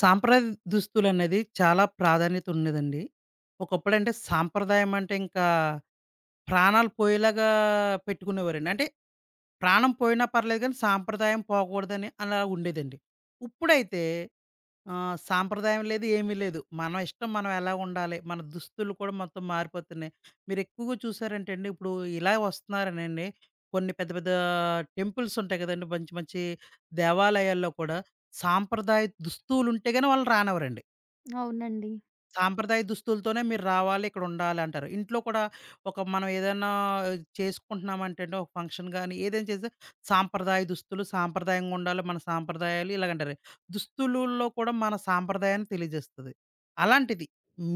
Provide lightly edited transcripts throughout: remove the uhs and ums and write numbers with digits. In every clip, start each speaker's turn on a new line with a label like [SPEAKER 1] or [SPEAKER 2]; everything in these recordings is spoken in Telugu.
[SPEAKER 1] సాంప్రదాయ దుస్తులనేది చాలా ప్రాధాన్యత ఉండేదండి. ఒకప్పుడంటే సాంప్రదాయం అంటే ఇంకా ప్రాణాలు పోయేలాగా పెట్టుకునేవారండి. అంటే ప్రాణం పోయినా పర్లేదు కానీ సాంప్రదాయం పోకూడదని అలా ఉండేదండి. ఇప్పుడైతే సాంప్రదాయం లేదు ఏమీ లేదు. మనం ఇష్టం మనం ఎలా ఉండాలి. మన దుస్తులు కూడా మొత్తం మారిపోతున్నాయి. మీరు ఎక్కువగా చూసారంటే అండి ఇప్పుడు ఇలా వస్తున్నారనండి కొన్ని పెద్ద పెద్ద టెంపుల్స్ ఉంటాయి కదండీ! మంచి మంచి దేవాలయాల్లో కూడా సాంప్రదాయ దుస్తులు ఉంటే గాని వాళ్ళని రానివ్వరండి.
[SPEAKER 2] అవునండి.
[SPEAKER 1] సాంప్రదాయ దుస్తులతోనే మీరు రావాలి, ఇక్కడుండాలంటారు. ఇంట్లో కూడా ఒక మనం ఏదైనా చేసుకుంటున్నామంటేండి ఒక ఫంక్షన్ గాని, ఏదైనా చేసినా సాంప్రదాయ దుస్తులు, సాంప్రదాయంగా ఉండాలి, మన సాంప్రదాయాలు ఇలాగంటారు. దుస్తులుల్లో కూడా మన సాంప్రదాయాన్ని తెలియజేస్తది. అలాంటిది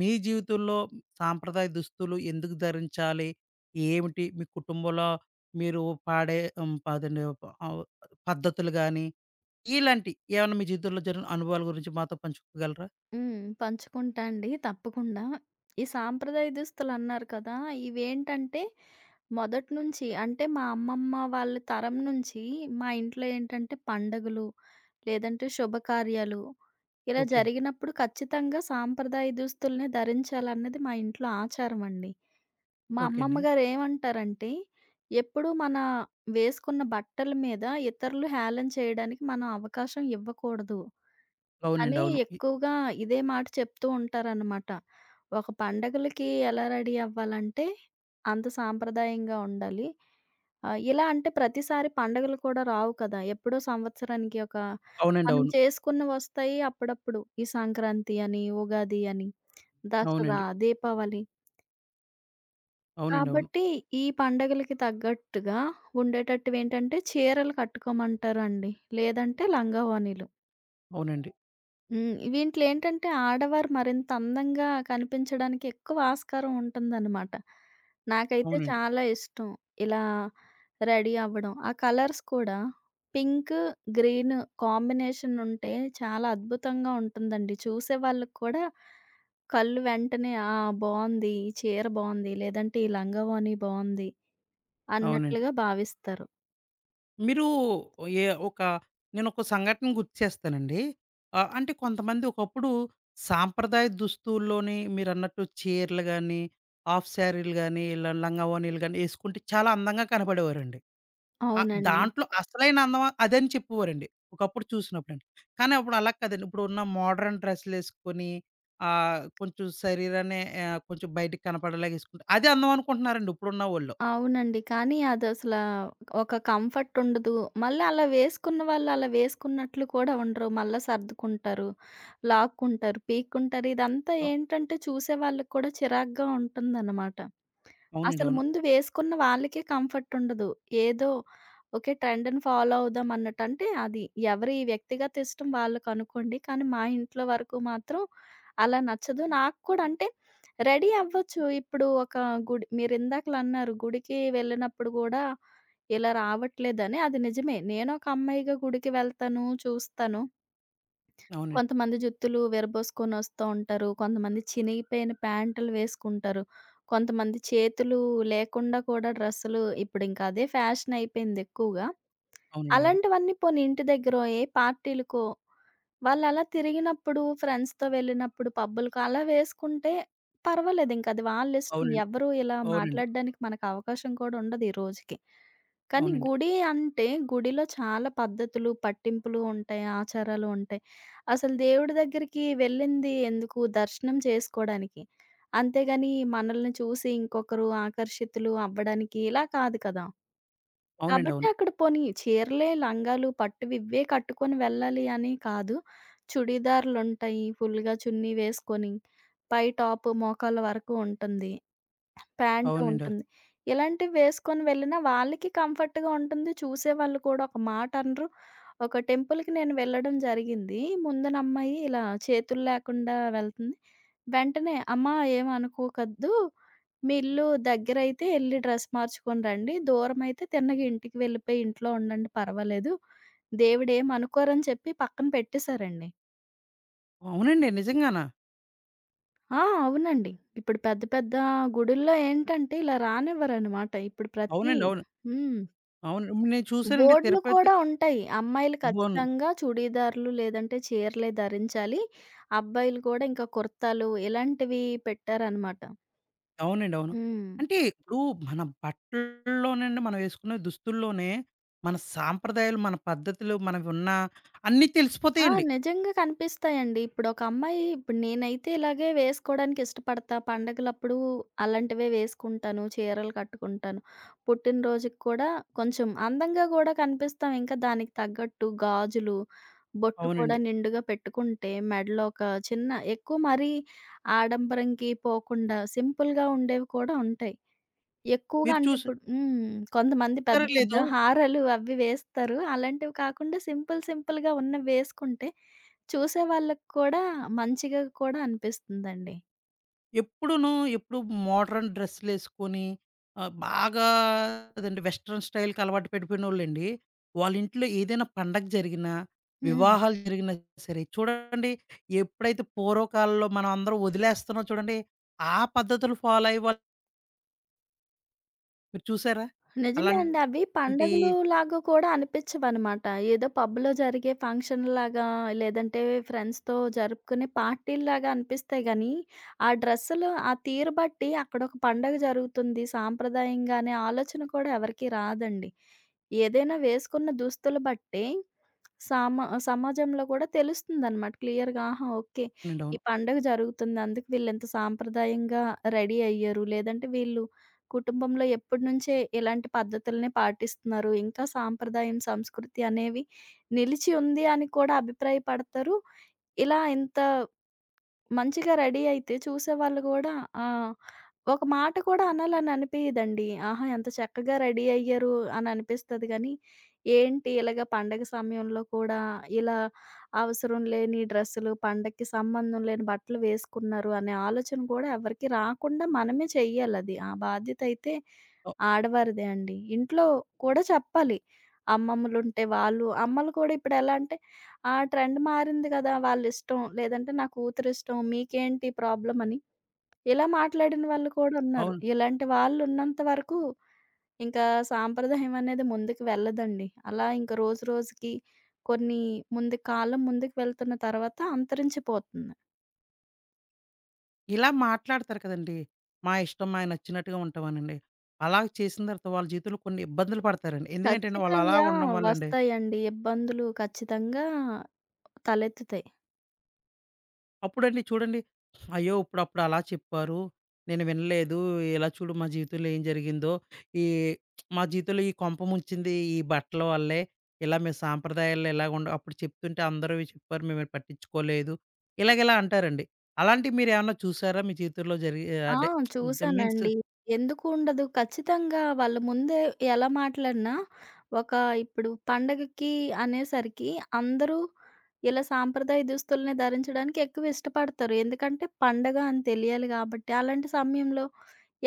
[SPEAKER 1] మీ జీవితంలో సాంప్రదాయ దుస్తులు ఎందుకు ధరించాలి? ఏమిటి? మీ కుటుంబంలో మీరు పాడే అదండి ఆహ్, పద్ధతులు గాని, ఇలాంటియి ఏమన్నా మీ జీవితంలో జరిగిన అనుభవాల గురించి మాతో పంచుకోగలరా?
[SPEAKER 2] హ్మ్. పంచుకుంటా అండి తప్పకుండా. ఈ సాంప్రదాయ దుస్తులు అన్నారు కదా! ఇవేంటంటే మొదటి నుంచి అంటే మా అమ్మమ్మ వాళ్ళ తరం నుంచి మా ఇంట్లో ఏంటంటే పండగలు, లేదంటే శుభకార్యాలు ఇలా
[SPEAKER 1] ఓకే.
[SPEAKER 2] జరిగినప్పుడు ఖచ్చితంగా సాంప్రదాయ దుస్తుల్ని ధరించాలన్నది మా ఇంట్లో ఆచారం అండి. మా
[SPEAKER 1] ఓకే
[SPEAKER 2] అమ్మమ్మ
[SPEAKER 1] అండి.
[SPEAKER 2] గారు ఏమంటారంటే, ఎప్పుడూ మన వేసుకున్న బట్టల మీద ఇతరులు హేళన చేయడానికి మనం అవకాశం ఇవ్వకూడదు
[SPEAKER 1] అవునండి.
[SPEAKER 2] అని
[SPEAKER 1] అవును.
[SPEAKER 2] ఎక్కువగా ఇదే మాట చెప్తూ ఉంటారనమాట. ఒక పండగలకి ఎలా రెడీ అవ్వాలంటే, అంత సాంప్రదాయంగా ఉండాలి. ఇలా అంటే ప్రతిసారి పండగలు కూడా రావు కదా! ఎప్పుడో సంవత్సరానికి ఒక
[SPEAKER 1] అవునండి.
[SPEAKER 2] మనం
[SPEAKER 1] అవును.
[SPEAKER 2] చేసుకున్నవొస్తాయి అప్పుడప్పుడు. ఈ సంక్రాంతి అని, ఉగాది అని, దసరా,
[SPEAKER 1] అవునండి.
[SPEAKER 2] దీపావళి.
[SPEAKER 1] అవునండి. అవును.
[SPEAKER 2] కాబట్టి ఈ పండగలకి తగ్గట్టుగా ఉండేటట్టువేంటంటే చీరలు కట్టుకోమంటారండి. లేదంటే లంగా ఓణీలు.
[SPEAKER 1] అవునండి.
[SPEAKER 2] హ్మ్. వీంట్లో ఏంటంటే ఆడవారు మరింత అందంగా కనిపించడానికి ఎక్కువ ఆస్కారం ఉంటుందనమాట. నాకైతే
[SPEAKER 1] అవునండి.
[SPEAKER 2] చాలా ఇష్టం. ఇలా రెడీ అవ్వడం. ఆ కలర్స్ కూడా పింక్, గ్రీన్ కాంబినేషన్ ఉంటే చాలా అద్భుతంగా ఉంటుందండి. చూసే వాళ్ళకి కూడా కళ్ళు వెంటనే ఆ! బావుంది. ఈ చీర బావుంది. లేదంటే ఈ లంగావోణి బావుంది
[SPEAKER 1] అవునండి.
[SPEAKER 2] అన్నట్లుగా భావిస్తారు.
[SPEAKER 1] మీరు ఏ ఒక నేనొక సంఘటన గుర్తు చేస్తానండి. అంటే కొంతమంది ఒకప్పుడు సాంప్రదాయ దుస్తుల్లోని మీరన్నట్టు చీరలు గాని, హాఫ్ శారీలు గాని, ఇలా లంగా ఓణీలు గాని యేసుకుంటే చాలా అందంగా కనపడేవారండి.
[SPEAKER 2] అవునండి.
[SPEAKER 1] దాంట్లో అసలైన అందం అదని చెప్పేవారండి. ఒకప్పుడు చూసినప్పుడండి. కానీ అప్పుడు అలా కాదండి. ఇప్పుడున్న మోడర్న్ డ్రెస్సులేసుకొని కొంచెం శరీరాన్ని కొంచెం బయటికి కనపడేలాగా యేసుకుంటే అదే అందం అనుకుంటున్నారండి ఇప్పుడున్న వోళ్ళు.
[SPEAKER 2] అవునండి. కానీ అదసలా ఒక కంఫర్ట్ ఉండదు. మళ్ళీ అలా వేసుకున్న వాళ్ళు అలా వేసుకున్నట్లు కూడా ఉండరు. మళ్ళా సర్దుకుంటారు, లాక్కుంటారు, పీక్కుంటారు. ఇదంతా
[SPEAKER 1] అవ్
[SPEAKER 2] ఏంటంటే చూసే వాళ్ళకి కూడా చిరాకుగా ఉంటుందన్నమాట.
[SPEAKER 1] అవునండి.
[SPEAKER 2] అసలు
[SPEAKER 1] అవును.
[SPEAKER 2] ముందు వేసుకున్న వాళ్ళకే కంఫర్ట్ ఉండదు. ఏదో ఓకే. ట్రెండ్‌ని ఫాలో అవుదాం అన్నట్టు. అంటే అది ఎవరి వ్యక్తిగత ఇష్టం వాళ్ళకనుకోండి. కానీ మా ఇంట్లో వరకు మాత్రం అలా నచ్చదు. నాకు కూడా అంటే రెడీ అవ్వచ్చు. ఇప్పుడు ఒక గుడి మీరిందాకలన్నారు గుడికి వెళ్ళినప్పుడు గూడా ఇలా రావట్లేదని. అది నిజమే. నేను ఒక అమ్మాయిగా గుడికి వెళ్తాను, చూస్తాను.
[SPEAKER 1] అవునండి.
[SPEAKER 2] కొంతమంది జుత్తులు విరబోసుకొనొస్తూ ఉంటారు. కొంతమంది చినిగిపోయిన ప్యాంటులు వేసుకుంటారు. కొంతమంది చేతులు లేకుండా కూడా డ్రెస్సులు ఇప్పుడింక అదే ఫ్యాషన్ అయిపోయింది ఎక్కువగా.
[SPEAKER 1] అవునండి. అవును.
[SPEAKER 2] అలాంటివన్నీ పోనీ ఇంటి దగ్గరో, ఏ పార్టీలకో వాళ్ళలా తిరిగినప్పుడు, ఫ్రెండ్స్‌తో వెళ్ళినప్పుడు పబ్బులకు అలా వేసుకుంటే పర్వాలేదింక అది వాళ్ళిష్టం.
[SPEAKER 1] అవునండి.
[SPEAKER 2] ఎవ్వరు ఇలా
[SPEAKER 1] అవునండి.
[SPEAKER 2] మాట్లాడడానికి మనకు అవకాశం కూడా ఉండదు ఈ రోజుకి. కానీ
[SPEAKER 1] అవునండి.
[SPEAKER 2] గుడి అంటే, గుడిలో చాలా పద్ధతులు, పట్టింపులు ఉంటాయి, ఆచారాలు ఉంటాయి. అసలు దేవుడి దగ్గరికి వెళ్ళింది ఎందుకు? దర్శనం చేసుకోడానికి. అంతేగాని మనల్ని చూసి ఇంకొకరు ఆకర్షితులు అవ్వడానికి ఇలా కాదు కదా!
[SPEAKER 1] అవునండి.
[SPEAKER 2] కాబట్టి
[SPEAKER 1] అవును.
[SPEAKER 2] అక్కడ పోనీ చీరలే, లంగాలు, పట్టువి ఇవే కట్టుకొని వెళ్ళాలి అని కాదు. చుడీదార్‌లుంటాయి. ఫుల్‌గా చున్నీ వేసుకొని, పై టాప్ మోకాళ్ళ వరకు ఉంటుంది. ప్యాంటు
[SPEAKER 1] అవునండి.
[SPEAKER 2] ఉంటుంది. ఇలాంటివి వేసుకొని వెళ్ళినా వాళ్ళకి కంఫర్ట్‌గా ఉంటుంది. చూసేవాళ్ళు కూడా ఒక మాట అనరు. ఒక టెంపుల్‌కి నేను వెళ్ళడం జరిగింది. ముందునమ్మాయి ఇలా చేతులు లేకుండా వెళ్తుంది. వెంటనే "అమ్మా ఏమి అనుకోకద్దు. మీ ఇల్లు దగ్గరైతే ఎళ్లి డ్రెస్ మార్చుకొని రండి. దూరమైతే తిన్నగా ఇంటికి వెళ్ళిపోయి ఇంట్లో ఉండండి పర్వాలేదు. దేవుడేమి అనుకోరని" చెప్పి పక్కన పెట్టేశారండి.
[SPEAKER 1] అవునండి. నిజంగానా?
[SPEAKER 2] ఆ! అవునండి. ఇప్పుడు పెద్ద పెద్ద గుడుల్లో ఏంటంటే ఇలా రానివ్వరనమాట. ఇప్పుడు ప్రతి
[SPEAKER 1] అవునండి. అవును.
[SPEAKER 2] హ్మ్.
[SPEAKER 1] అవును. నేను చూసానండి
[SPEAKER 2] బోర్డ్‌లు
[SPEAKER 1] తిరుపతి.
[SPEAKER 2] కూడా ఉంటాయి. అమ్మాయిలు
[SPEAKER 1] అవును.
[SPEAKER 2] ఖచ్చితంగా చుడీదార్‌లు లేదంటే చీరలే ధరించాలి. అబ్బాయిలు కూడా ఇంకా కుర్తాలు ఇలాంటివి పెట్టారనమాట.
[SPEAKER 1] అవునండి. అవును.
[SPEAKER 2] హ్మ్.
[SPEAKER 1] అంటే ఇప్పుడు మన బట్టల్లోనండి మనం వేసుకునే దుస్తుల్లోనే మన సాంప్రదాయాలు, మన పద్ధతులు, మనకున్న అన్నీ
[SPEAKER 2] ఆ!
[SPEAKER 1] తెలిసిపోతాయండి.
[SPEAKER 2] నిజంగా కనిపిస్తాయండి. ఇప్పుడొక అమ్మాయి ఇప్పుడు నేనైతే ఇలాగే వేసుకోవడానికి ఇష్టపడతా. పండగలప్పుడు అలాంటివే వేసుకుంటాను. చీరలు కట్టుకుంటాను. పుట్టినరోజుకి కూడా కొంచెం అందంగా గూడా కనిపిస్తాం. ఇంకా దానికి తగ్గట్టు గాజులు, బొట్టు కూడా
[SPEAKER 1] అవునండి.
[SPEAKER 2] నిండుగా పెట్టుకుంటే మెడలో ఒక చిన్న ఎక్కువ మరీ ఆడంబరంకి పోకుండా సింపుల్‌గా ఉండేవి కూడా ఉంటాయి. ఎక్కువగా
[SPEAKER 1] మీరు
[SPEAKER 2] అంటే
[SPEAKER 1] చూసారో
[SPEAKER 2] ఇప్పుడు హ్మ్. కొంతమంది పెద్ద పెద్ద
[SPEAKER 1] లేదో.
[SPEAKER 2] హారాలు అవి వేస్తారు. అలాంటివి కాకుండా సింపుల్ సింపుల్‌గా ఉన్నవి వేసుకుంటే చూసే వాళ్ళకి కూడా మంచిగా కూడా అనిపిస్తుందండి.
[SPEAKER 1] ఎప్పుడును ఎప్పుడు మోడర్న్ డ్రెస్సులేసుకొని బాగా అదండి వెస్టర్న్ స్టైల్‌కి అలవాటు పడిపోయినోళ్ళండి. వాళ్ళ ఇంట్లో ఏదైనా పండగ జరిగినా,
[SPEAKER 2] హ్మ్.
[SPEAKER 1] వివాహాలు జరిగినా సరే చూడండి, ఎప్పుడైతే పూర్వకాలంలో మనం అందరం వదిలేస్తున్నాం చూడండి, ఆ పద్ధతులు ఫాలో అయ్యే వాళ్ళు, మీరు చూసారా?
[SPEAKER 2] నిజమే
[SPEAKER 1] అలాంటి
[SPEAKER 2] అండి. అవి
[SPEAKER 1] అవునండి.
[SPEAKER 2] పండగలు లాగా కూడా అనిపిచ్చవనమాట. ఏదో పబ్‌లో జరిగే ఫంక్షన్‌లాగా లేదంటే ఫ్రెండ్స్‌తో జరుపుకునే పార్టీల్లాగా అనిపిస్తాయి గానీ, ఆ డ్రెస్సులు, ఆ తీరు బట్టి అక్కడొక పండగ జరుగుతుంది సాంప్రదాయంగా అనే ఆలోచన కూడా ఎవరికీ రాదండి. ఏదైనా వేసుకున్న దుస్తులు బట్టే సామ సమాజంలో కూడా తెలుస్తుందనమాట క్లియర్‌గా. ఆహా! ఓకే.
[SPEAKER 1] అవును.
[SPEAKER 2] ఈ పండగ జరుగుతుంది. అందుకు వీళ్ళింత సాంప్రదాయంగా రెడీ అయ్యారు. లేదంటే వీళ్ళు కుటుంబంలో ఎప్పటినుంచే ఇలాంటి పద్ధతులనే పాటిస్తున్నారు. ఇంకా సాంప్రదాయం, సంస్కృతి అనేవి నిలిచి ఉంది అని కూడా అభిప్రాయపడతారు. ఇలా ఇంత మంచిగా రెడీ అయితే చూసేవాళ్ళు గూడా ఆ! ఒక మాట కూడా అనాలని అనిపియదండి. ఆహా! ఎంత చక్కగా రెడీ అయ్యారు అని అనిపిస్తది గానీ, ఏంటి ఇలాగ పండగ సమయంలో కూడా ఇలా అవసరం లేని డ్రెస్సులు, పండగకి సంబంధం లేని బట్టలు వేసుకున్నారు అనే ఆలోచన కూడా ఎవరికీ రాకుండా మనమే చెయ్యాలది. ఆ బాధ్యత అయితే
[SPEAKER 1] అవ్
[SPEAKER 2] ఆడవారిదే అండి. ఇంట్లో కూడా చెప్పాలి. అమ్మమ్మలుంటే వాళ్ళు అమ్మలు కూడా ఇప్పుడెలా అంటే, ఆ ట్రెండ్ మారింది కదా! వాళ్ళిష్టం లేదంటే నా కూతురిష్టం మీకేంటి ప్రాబ్లమని ఇలా మాట్లాడిన వాళ్ళు కూడా ఉన్నారు.
[SPEAKER 1] అవును.
[SPEAKER 2] ఇలాంటి వాళ్ళున్నంత వరకు ఇంకా సాంప్రదాయం అనేది ముందుకు వెళ్ళదండి. అలా ఇంక రోజు రోజుకి కొన్ని ముందు కాలం ముందుకు వెళ్తున్న తర్వాత అంతరించిపోతుంది.
[SPEAKER 1] ఇలా మాట్లాడతారు కదండీ. మా ఇష్టం, మాకు నచ్చినట్టుగా ఉంటామనండి. అలా చేసిన తర్వాత వాళ్ళ జీవితంలో కొన్ని ఇబ్బందులు పడతారండి. ఎందుకంటే అండి వాళ్ళు అలా
[SPEAKER 2] ఖచ్చితంగా
[SPEAKER 1] ఉండడం వల్లండి
[SPEAKER 2] వస్తాయండి. ఇబ్బందులు ఖచ్చితంగా తలెత్తుతాయి.
[SPEAKER 1] అప్పుడండి చూడండి, అయ్యో! ఇప్పుడప్పుడు అలా చెప్పారు. నేను వినలేదు. ఇలా చూడు మా జీవితంలో ఏం జరిగిందో. ఈ మా జీవితంలో ఈ కొంప ముంచింది ఈ బట్టల వల్లే. ఇలా మీ సాంప్రదాయాల్లో ఇలాగుండవు. అప్పుడు చెప్తుంటే అందరూ ఇవి చెప్పారు. మేము ఇది పట్టించుకోలేదు. ఇలాగిలా అంటారండి. అలాంటివి మీరేమన్నా చూసారా? మీ జీవితంలో జరిగే
[SPEAKER 2] ఆ!
[SPEAKER 1] అంటే మీన్స్
[SPEAKER 2] చూసానండి. ఎందుకు ఉండదు? ఖచ్చితంగా వాళ్ళ ముందే ఎలా మాట్లాడినా, ఒక ఇప్పుడు పండగకి అనేసరికి అందరూ ఇలా సాంప్రదాయ దుస్తుల్ని ధరించడానికి ఎక్కువ ఇష్టపడతారు. ఎందుకంటే పండగ అని తెలియాలి గాబట్టి. అలాంటి సమయంలో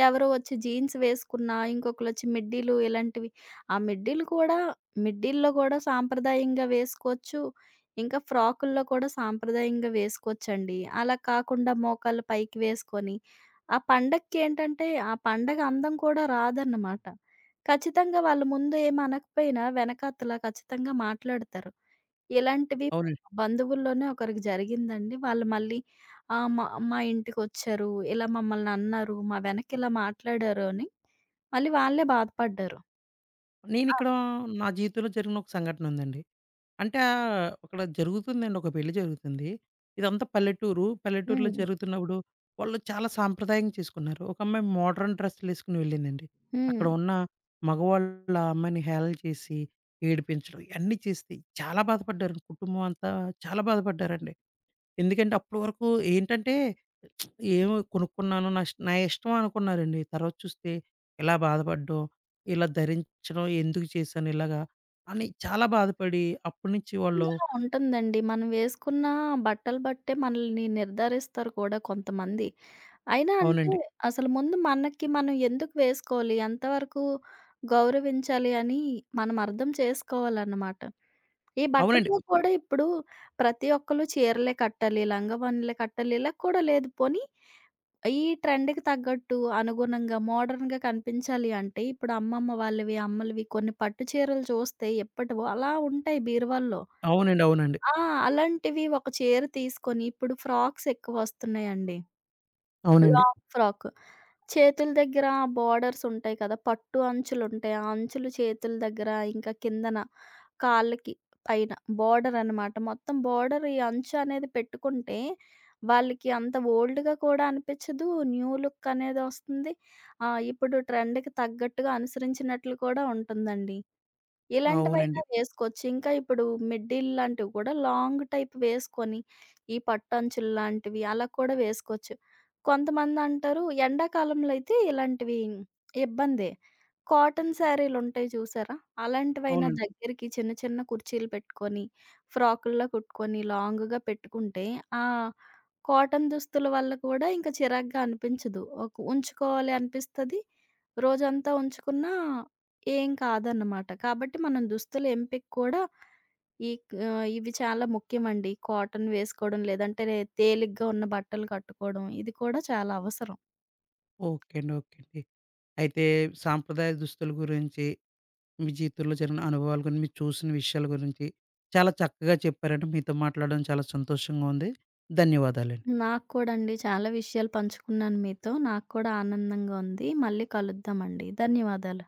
[SPEAKER 2] ఎవరో వచ్చి జీన్స్ వేసుకున్నా, ఇంకొకళ్ళొచ్చి మిడ్డీలు ఇలాంటివి. ఆ మిడ్డీలు కూడా మిడ్డీల్లో గూడా సాంప్రదాయంగా వేసుకోవచ్చు. ఇంకా ఫ్రాకుల్లో కూడా సాంప్రదాయంగా వేసుకోవచ్చండి. అలా కాకుండా మోకాళ్ళు పైకి వేసుకొని ఆ పండగకేంటంటే, ఆ పండగ అందం కూడా రాదన్నమాట. ఖచ్చితంగా వాళ్ళు ముందు ఏమనకపోయినా వెనకాతల ఖచ్చితంగా మాట్లాడతారు. ఇలాంటివి
[SPEAKER 1] అవునండి.
[SPEAKER 2] బంధువుల్లోనే ఒకరికి జరిగిందండి. వాళ్ళు మళ్ళీ ఆహ్, మా మా ఇంటికొచ్చారు, ఇలా మమ్మల్ని అన్నారు, మా వెనక ఇలా మాట్లాడారు అని మళ్ళీ వాళ్ళే బాధపడ్డారు. ఆ!
[SPEAKER 1] నేనిక్కడ నా జీవితంలో జరిగిన ఒక సంఘటన ఉందండి. అంటే అక్కడ జరుగుతుందండి. ఒక పెళ్లి జరుగుతుంది. ఇదంతా పల్లెటూరు. పల్లెటూరులో
[SPEAKER 2] హ్మ్.
[SPEAKER 1] జరుగుతున్నప్పుడు వాళ్ళు చాలా సాంప్రదాయంగా చేసుకున్నారు. ఒక అమ్మాయి మోడర్న్ డ్రెస్సులేసుకొని వెళ్ళిందండి.
[SPEAKER 2] హ్మ్.
[SPEAKER 1] అక్కడ ఉన్న మగవాళ్ళు ఆ అమ్మాయిని హేళన చేసి, ఏడిపించడం ఇయన్నీ చేస్తే చాలా బాధపడ్డారండి. కుటుంబం అంతా చాలా బాధపడ్డారండి. ఎందుకంటే అప్పటి వరకు ఏంటంటే, ఏమో కొనుక్కున్నాను నా ఇష్టం అనుకున్నారండి. తర్వాత చూస్తే ఇలా బాధపడడం, ఇలా ధరించడం ఎందుకు చేశాను ఇలాగా అని చాలా బాధపడి అప్పటి నుంచి వాళ్ళు
[SPEAKER 2] ఖచ్చితంగా ఉంటుందండి. మనం వేసుకున్న బట్టలు బట్టే మనల్ని నిర్ధారిస్తారు కూడా కొంతమంది. అయినా అంటే
[SPEAKER 1] అవునండి.
[SPEAKER 2] అసలు ముందు మనకి మనం ఎందుకు వేసుకోవాలి? ఎంతవరకు గౌరవించాలి అని మనం అర్థం చేసుకోవాలన్నమాట. ఈ
[SPEAKER 1] అవునండి.
[SPEAKER 2] బట్టల్లో కూడా ఇప్పుడు ప్రతి ఒక్కళ్ళు చీరలే కట్టాలి, లంగావోణీలే కట్టాలి ఇలా కూడా లేదు. పోనీ ఈ ట్రెండ్‌కి తగ్గట్టు అనుగుణంగా మోడర్న్‌గా కనిపించాలి అంటే ఇప్పుడు అమ్మమ్మ వాళ్ళవి, అమ్మలవి కొన్ని పట్టు చీరలు చూస్తే ఎప్పటివో అలా ఉంటాయి బీరువాల్లో.
[SPEAKER 1] అవునండి. అవునండి.
[SPEAKER 2] ఆ! అలాంటివి ఒక చీర తీసుకొని ఇప్పుడు ఫ్రాక్స్ ఎక్కువొస్తున్నాయండి.
[SPEAKER 1] అవునండి.
[SPEAKER 2] Long frock. చేతుల దగ్గర బోర్డర్స్ ఉంటాయి కదా! పట్టు అంచులుంటాయి. ఆ అంచులు చేతుల దగ్గర ఇంకా కిందన కాళ్ళకి పైన బోర్డర్ అనమాట. మొత్తం బోర్డర్ ఈ అంచు అనేది పెట్టుకుంటే వాళ్ళకి అంత ఓల్డ్‌గా కూడా అనిపించదు. న్యూ లుక్ అనేది వస్తుంది. ఇప్పుడు ట్రెండ్‌కి తగ్గట్టుగా అనుసరించినట్లు కూడా ఉంటుందండి. ఇలాంటివైనా
[SPEAKER 1] అవునండి.
[SPEAKER 2] వేసుకోవచ్చు. ఇంకా ఇప్పుడు మిడ్డీలు లాంటివి కూడా లాంగ్ టైప్ వేసుకొని, ఈ పట్టంచులు లాంటివి అలా కూడా వేసుకోవచ్చు. కొంతమందంటారు ఎండాకాలంలో అయితే ఇలాంటివి ఇబ్బందే. కాటన్ శారీలుంటాయి చూసారా? అలాంటివైనా
[SPEAKER 1] అవునండి.
[SPEAKER 2] దగ్గరికి చిన్న చిన్న కుర్చీలు పెట్టుకొని, ఫ్రాకుల్లో కుట్టుకొని లాంగ్‌గా పెట్టుకుంటే ఆ కాటన్ దుస్తుల వల్ల కూడా ఇంక చిరాగ్గా అనిపించదు. ఒక ఉంచుకోవాలి అనిపిస్తది. రోజంతా ఉంచుకున్నా ఏం కాదన్నమాట. కాబట్టి మనం దుస్తుల ఎంపిక కూడా ఈ ఇవి చాలా ముఖ్యమండి. కాటన్ వేసుకోవడం లేదంటే తేలిగ్గా ఉన్న బట్టలు కట్టుకోవడం ఇది కూడా చాలా అవసరం.
[SPEAKER 1] ఓకే అండి. ఓకే అండి. అయితే సాంప్రదాయ దుస్తుల గురించి, మీ జీవితంలో జరిగిన అనుభవాల గురించి, మీరు చూసిన విషయాల గురించి చాలా చక్కగా చెప్పారండి. మీతో మాట్లాడడం చాలా సంతోషంగా ఉంది. ధన్యవాదాలండి.
[SPEAKER 2] నాకు కూడా అండి చాలా విషయాలు పంచుకున్నాను మీతో. నాకు కూడా ఆనందంగా ఉంది. మళ్ళీ కలుద్దామండి. ధన్యవాదాలు.